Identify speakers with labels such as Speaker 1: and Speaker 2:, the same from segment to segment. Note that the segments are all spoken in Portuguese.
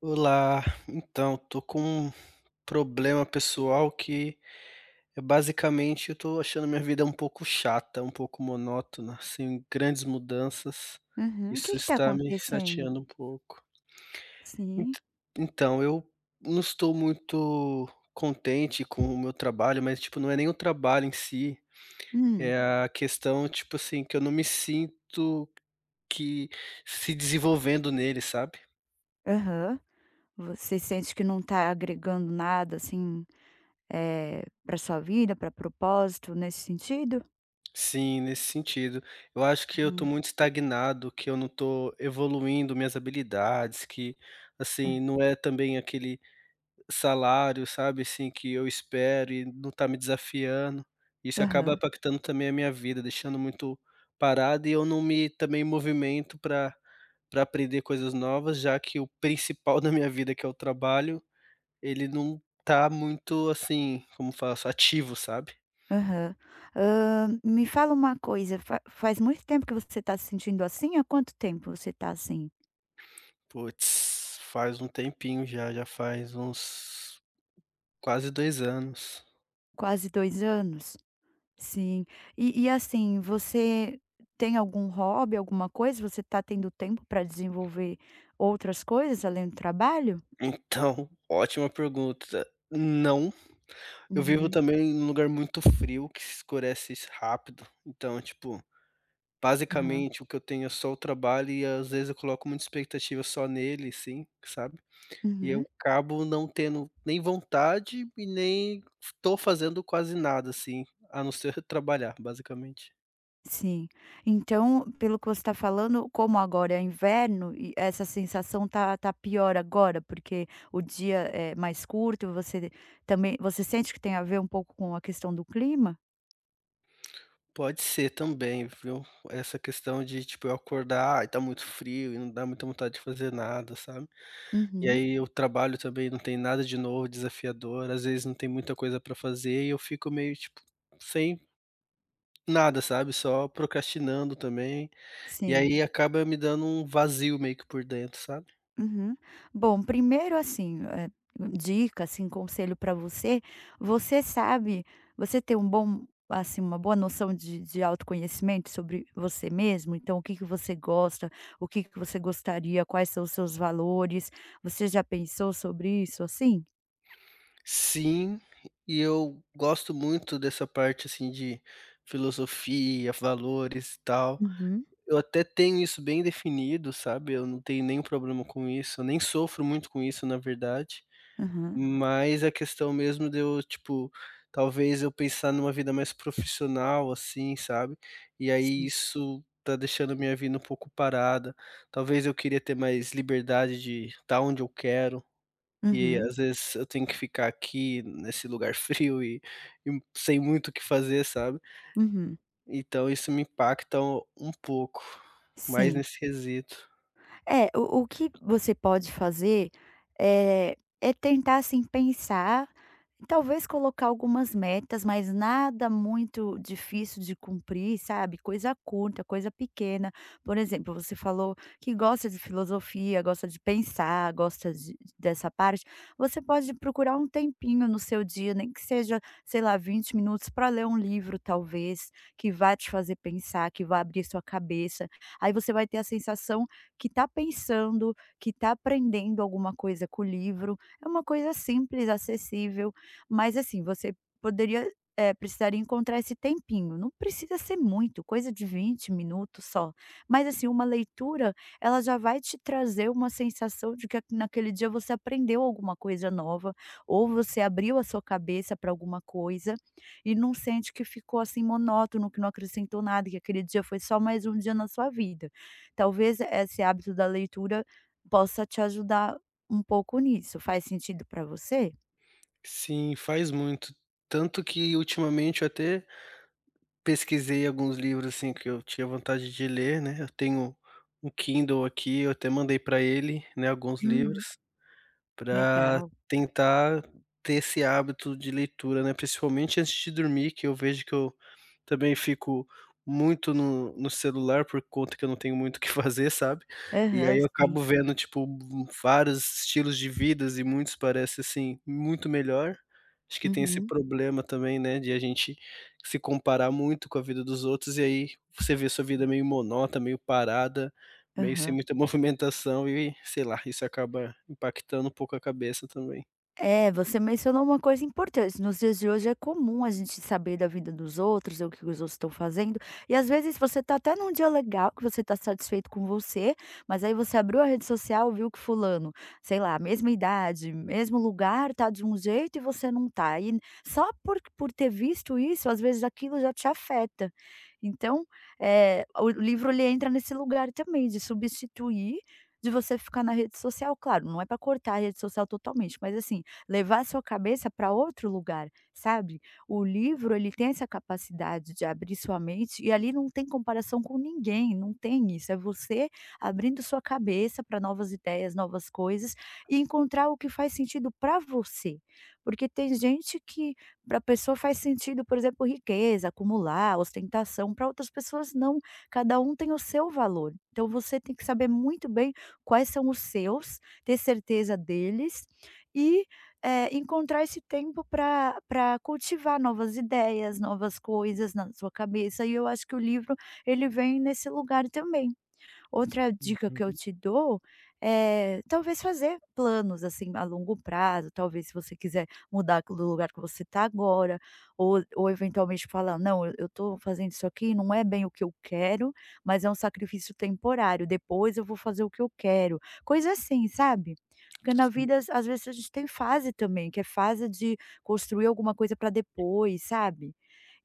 Speaker 1: Olá, então, tô com um problema pessoal que é basicamente eu tô achando minha vida um pouco chata, um pouco monótona, sem grandes mudanças.
Speaker 2: Aham. O
Speaker 1: Isso
Speaker 2: que que tá
Speaker 1: está me
Speaker 2: acontecendo?
Speaker 1: chateando um pouco.
Speaker 2: Sim.
Speaker 1: Ent- Então, eu não estou muito contente com o meu trabalho, mas tipo, não é nem o trabalho em si, é
Speaker 2: Hum.
Speaker 1: a questão, tipo assim, que eu não me sinto que se desenvolvendo nele, sabe?
Speaker 2: Aham. Você sente que não tá agregando nada, assim, pra sua vida, pra propósito, nesse sentido?
Speaker 1: Sim, nesse sentido. Eu acho que eu tô
Speaker 2: Hum.
Speaker 1: muito estagnado, que eu não tô evoluindo minhas habilidades, que, assim, não é também aquele salário, sabe, assim, que eu espero e não tá me desafiando. Isso acaba
Speaker 2: Aham,
Speaker 1: impactando também a minha vida, deixando muito parado e eu não me também movimento para aprender coisas novas, já que o principal da minha vida, que é o trabalho, ele não tá muito, assim, como faço, ativo, sabe?
Speaker 2: aham. Me fala uma coisa, fa faz muito tempo que você tá se sentindo assim? Há quanto tempo você tá assim?
Speaker 1: Puts, faz um tempinho já, já faz uns quase 2 anos.
Speaker 2: Quase 2 anos? Sim. E, assim, você tem algum hobby, alguma coisa? Você tá tendo tempo pra desenvolver outras coisas além do trabalho?
Speaker 1: Então, ótima pergunta. Não, eu vivo
Speaker 2: Uhum,
Speaker 1: também em um lugar muito frio que se escurece rápido, então, tipo,
Speaker 2: aham,
Speaker 1: basicamente o que eu tenho é só o trabalho e às vezes eu coloco muita expectativa só nele, sim, sabe, e eu
Speaker 2: uhum,
Speaker 1: acabo não tendo nem vontade e nem f tô fazendo quase nada, assim, a não ser trabalhar, basicamente.
Speaker 2: sim. Então, pelo que você está falando, como agora é inverno e essa sensação tá pior agora, porque o dia é mais curto, você também, você sente que tem a ver um pouco com a questão do clima?
Speaker 1: Pode ser também, viu. Essa questão de, tipo, eu acordar e tá muito frio e não dá muita vontade de fazer nada, sabe. E
Speaker 2: Uhum,
Speaker 1: aí o trabalho também não tem nada de novo, desafiador, às vezes não tem muita coisa pra fazer e eu fico meio, tipo, sem nada, sabe, só procrastinando também, e
Speaker 2: sim.
Speaker 1: aí acaba me dando um vazio meio que por dentro, sabe.
Speaker 2: Uhum. Bom, primeiro assim, dica, assim, conselho para você, você sabe você tem uma boa noção de autoconhecimento sobre você mesmo? Então, o que que você gosta, o que que você gostaria, quais são os seus valores, você já pensou sobre isso, assim?
Speaker 1: Sim, e eu gosto muito dessa parte, assim, de filosofia, valores e tal.
Speaker 2: Uhum.
Speaker 1: Eu até tenho isso bem definido, sabe, eu não tenho nenhum problema com isso, eu nem sofro muito com isso, na verdade,
Speaker 2: Aham,
Speaker 1: mas a questão mesmo de eu, tipo, talvez eu pensar numa vida mais profissional, assim, sabe, e aí
Speaker 2: sim.
Speaker 1: isso tá deixando minha vida um pouco parada. Talvez eu queria ter mais liberdade de estar onde eu quero, e
Speaker 2: Uhum,
Speaker 1: às vezes eu tenho que ficar aqui nesse lugar frio e sem muito o que fazer, sabe.
Speaker 2: uhum,
Speaker 1: Então isso me impacta um pouco, mais
Speaker 2: sim.
Speaker 1: nesse quesito.
Speaker 2: É, o que você pode fazer, eh, é tentar, assim, pensar, talvez colocar algumas metas, mas nada muito difícil de cumprir, sabe, coisa curta, coisa pequena. Por exemplo, você falou que gosta de filosofia, gosta de pensar, gosta de dessa parte, você pode procurar um tempinho no seu dia, nem que seja, sei lá, 20 minutos para ler um livro, talvez, que vá te fazer pensar, que vá abrir sua cabeça. Aí você vai ter a sensação que está pensando, que está aprendendo alguma coisa com o livro. É uma coisa simples, acessível, mas assim, você poderia, precisaria encontrar esse tempinho. Não precisa ser muito, coisa de 20 minutos só. Mas assim, uma leitura, ela já vai te trazer uma sensação de que naquele dia você aprendeu alguma coisa nova, ou você abriu a sua cabeça para alguma coisa e não sente que ficou assim monótono, que não acrescentou nada, que aquele dia foi só mais um dia na sua vida. Talvez esse hábito da leitura possa te ajudar um pouco nisso. Faz sentido para você?
Speaker 1: Sim, faz muito. Tanto que ultimamente eu até pesquisei alguns livros, assim, que eu tinha vontade de ler, né, eu tenho um Kindle aqui, eu até mandei para ele, né, alguns
Speaker 2: Uhum.
Speaker 1: livros, para
Speaker 2: Legal.
Speaker 1: tentar ter esse hábito de leitura, né, principalmente antes de dormir que eu vejo que eu também fico muito no celular por conta que eu não tenho muito o que fazer, sabe. E aí
Speaker 2: Aham,
Speaker 1: eu acabo
Speaker 2: sim.
Speaker 1: vendo, tipo, vários estilos de vidas e muitos parece, assim, muito melhor. Acho que tem esse
Speaker 2: Uhum.
Speaker 1: problema também, né, de a gente se comparar muito com a vida dos outros e aí você vê sua vida meio monótona, meio parada, meio sem
Speaker 2: Aham.
Speaker 1: muita movimentação e, sei lá, isso acaba impactando um pouco a cabeça também.
Speaker 2: É, você mencionou uma coisa importante. Nos dias de hoje é comum a gente saber da vida dos outros, o que os outros estão fazendo. E às vezes você tá até num dia legal, que você tá satisfeito com você, mas aí você abriu a rede social, viu que fulano, sei lá, mesma idade, mesmo lugar, tá de um jeito e você não tá. E só por ter visto isso, às vezes aquilo já te afeta. Então, é, o livro ele entra nesse lugar também de substituir de você ficar na rede social, claro, não é para cortar a rede social totalmente, mas assim, levar a sua cabeça para outro lugar, sabe. O livro ele tem essa capacidade de abrir sua mente e ali não tem comparação com ninguém, não tem isso, é você abrindo sua cabeça para novas ideias, novas coisas e encontrar o que faz sentido para você. Porque tem gente que para a pessoa faz sentido, por exemplo, riqueza, acumular, ostentação, para outras pessoas não, cada um tem o seu valor. Então você tem que saber muito bem quais são os seus, ter certeza deles e encontrar esse tempo para cultivar novas ideias, novas coisas na sua cabeça, e eu acho que o livro ele vem nesse lugar também. Outra dica que eu
Speaker 1: Uhum.
Speaker 2: te dou é talvez fazer planos, assim, a longo prazo, talvez se você quiser mudar do lugar que você está agora, ou eventualmente falar: "Não, eu estou fazendo isso aqui, não é bem o que eu quero, mas é um sacrifício temporário, depois eu vou fazer o que eu quero", coisa assim, sabe. Porque na vida
Speaker 1: Sim.
Speaker 2: às vezes a gente tem fase também, que é fase de construir alguma coisa para depois, sabe.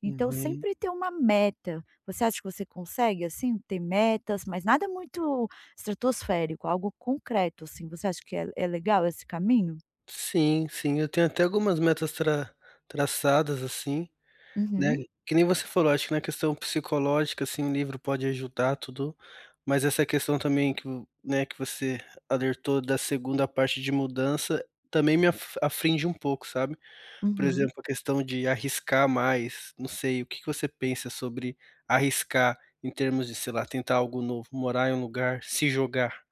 Speaker 2: Então
Speaker 1: Uhum.
Speaker 2: sempre ter uma meta. Você acha que você consegue, assim, ter metas, mas nada muito estratosférico, algo concreto, assim, você acha que é legal esse caminho?
Speaker 1: Sim, sim, eu tenho até algumas metas traçadas, assim, né,
Speaker 2: Uhum,
Speaker 1: que nem você falou, acho que na questão psicológica, assim, o livro pode ajudar tudo, mas essa questão também que o né, que você alertou da segunda parte de mudança, também me af afringe um pouco, sabe. Por
Speaker 2: uhum.
Speaker 1: exemplo, a questão de arriscar mais, não sei, o que que você pensa sobre arriscar em termos de, sei lá, tentar algo novo, morar em um lugar, se jogar?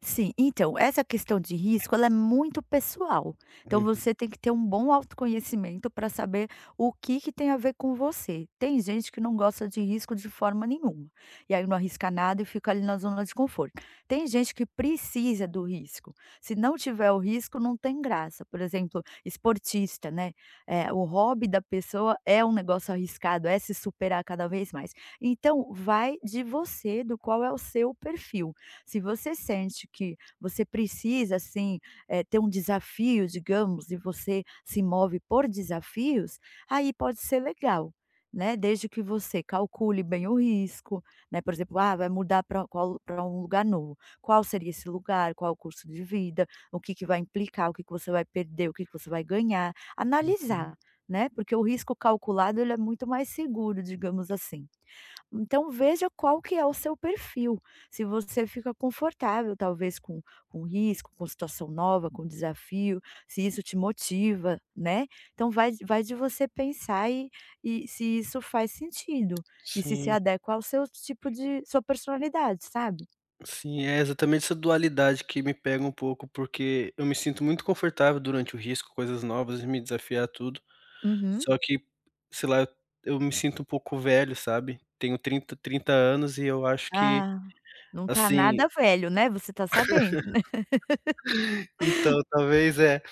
Speaker 2: Sim, então, essa questão de risco, ela é muito pessoal. Então
Speaker 1: Uhum,
Speaker 2: você tem que ter um bom autoconhecimento para saber o que que tem a ver com você. Tem gente que não gosta de risco de forma nenhuma, e aí não arrisca nada e fica ali na zona de conforto. Tem gente que precisa do risco. Se não tiver o risco, não tem graça. Por exemplo, esportista, né, o hobby da pessoa é um negócio arriscado, é se superar cada vez mais. Então vai de você, do qual é o seu perfil. Se você sente que você precisa, assim, ter um desafio, digamos, e você se move por desafios, aí pode ser legal, né, desde que você calcule bem o risco, né, por exemplo: "Ah, vai mudar para qual pra um lugar novo. Qual seria esse lugar? Qual o curso de vida? O que que vai implicar? O que que você vai perder? O que que você vai ganhar?".
Speaker 1: uhum,
Speaker 2: Analisar, né, porque o risco calculado ele é muito mais seguro, digamos assim. Então veja qual que é o seu perfil, se você fica confortável talvez com risco, com situação nova, com desafio, se isso te motiva, né. Então vai de você pensar e se isso faz sentido, e se
Speaker 1: sim.
Speaker 2: adequa ao seu tipo de sua personalidade, sabe.
Speaker 1: Sim, é exatamente essa dualidade que me pega um pouco, porque eu me sinto muito confortável durante o risco, coisas novas, e me desafiar a tudo,
Speaker 2: Uhum.
Speaker 1: só que, sei lá, eu me sinto um pouco velho, sabe. Tenho 30 anos e eu acho que,
Speaker 2: Ah, não tá
Speaker 1: assim,
Speaker 2: nada velho, né, você tá sabendo, né.
Speaker 1: então, talvez, é.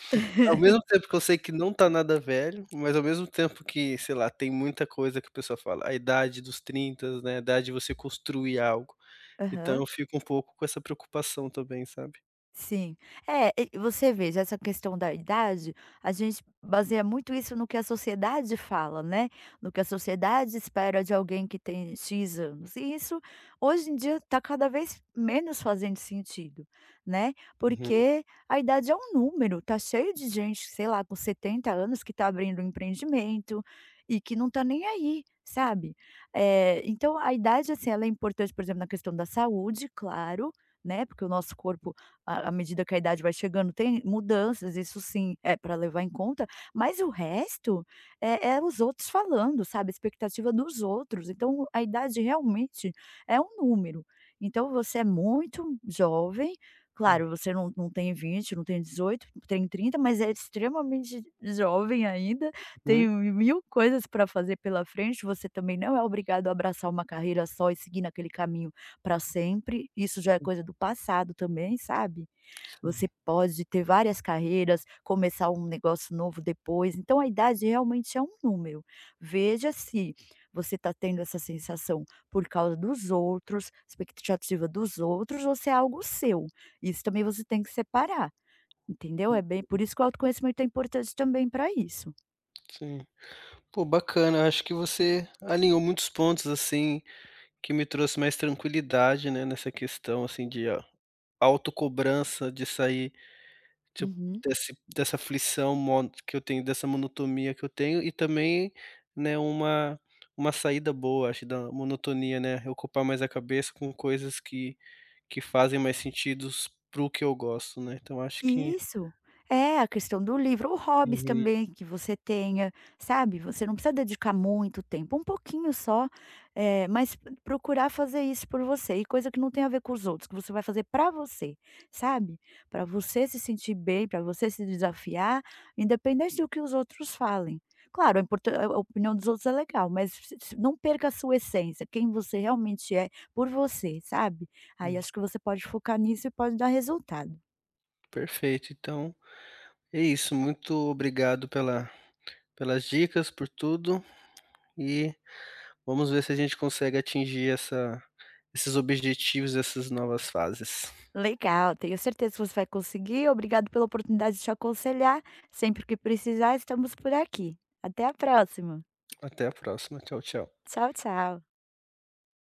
Speaker 1: Ao mesmo tempo que eu sei que não tá nada velho, mas ao mesmo tempo que, sei lá, tem muita coisa que o pessoal fala, a idade dos 30, né, a idade de você construir algo. Então
Speaker 2: Aham.
Speaker 1: eu fico um pouco com essa preocupação também, sabe.
Speaker 2: Sim. É, e você veja, essa questão da idade, a gente baseia muito isso no que a sociedade fala, né, no que a sociedade espera de alguém que tem X anos, e isso hoje em dia está cada vez menos fazendo sentido, né,
Speaker 1: Uhum,
Speaker 2: porque a idade é um número, tá cheio de gente, sei lá, com 70 anos que está abrindo um empreendimento e que não está nem aí, sabe. Então a idade, assim, ela é importante, por exemplo, na questão da saúde, claro, né, porque o nosso corpo à medida que a idade vai chegando, tem mudanças, isso sim, é para levar em conta, mas o resto é os outros falando, sabe, a expectativa dos outros, então a idade realmente é um número. Então você é muito jovem, claro, você não tem 20, não tem 18, tem 30, mas é extremamente jovem ainda, tem
Speaker 1: uhum,
Speaker 2: mil coisas para fazer pela frente, você também não é obrigado a abraçar uma carreira só e seguir naquele caminho para sempre, isso já é coisa do passado também, sabe.
Speaker 1: sim,
Speaker 2: Você pode ter várias carreiras, começar um negócio novo depois, então a idade realmente é um número. Veja se você está tendo essa sensação por causa dos outros, expectativa dos outros ou se é algo seu. Isso também você tem que separar, entendeu. É
Speaker 1: hum,
Speaker 2: bem por isso que o autoconhecimento é importante também para isso.
Speaker 1: sim. Pô, bacana, acho que você alinhou muitos pontos, assim, que me trouxe mais tranquilidade, né, nessa questão, assim, de a autocobrança de sair. Tipo,
Speaker 2: Uhum.
Speaker 1: desse dessa aflição mon que eu tenho, dessa monotonia que eu tenho e também, né, uma saída boa, acho, da monotonia, né, eu ocupar mais a cabeça com coisas que fazem mais sentido para o que eu gosto, né, então acho que
Speaker 2: Isso. É, a questão do livro ou hobbies
Speaker 1: uhum,
Speaker 2: também que você tenha, sabe, você não precisa dedicar muito tempo, um pouquinho só, mas procurar fazer isso por você, e coisa que não tem a ver com os outros, que você vai fazer pra você, sabe. Pra você se sentir bem, pra você se desafiar, independente do que os outros falem. Claro, é importan a opinião dos outros é legal, mas se não perca a sua essência, quem você realmente é, por você, sabe. Aí
Speaker 1: hum,
Speaker 2: acho que você pode focar nisso e pode dar resultado.
Speaker 1: perfeito. Então, é isso, muito obrigado pelas dicas, por tudo e vamos ver se a gente consegue atingir essa esses objetivos, essas novas fases.
Speaker 2: Legal, tenho certeza que você vai conseguir. Obrigado pela oportunidade de te aconselhar. Sempre que precisar, estamos por aqui. Até a próxima.
Speaker 1: Até a próxima, tchau, tchau.
Speaker 2: Tchau, tchau.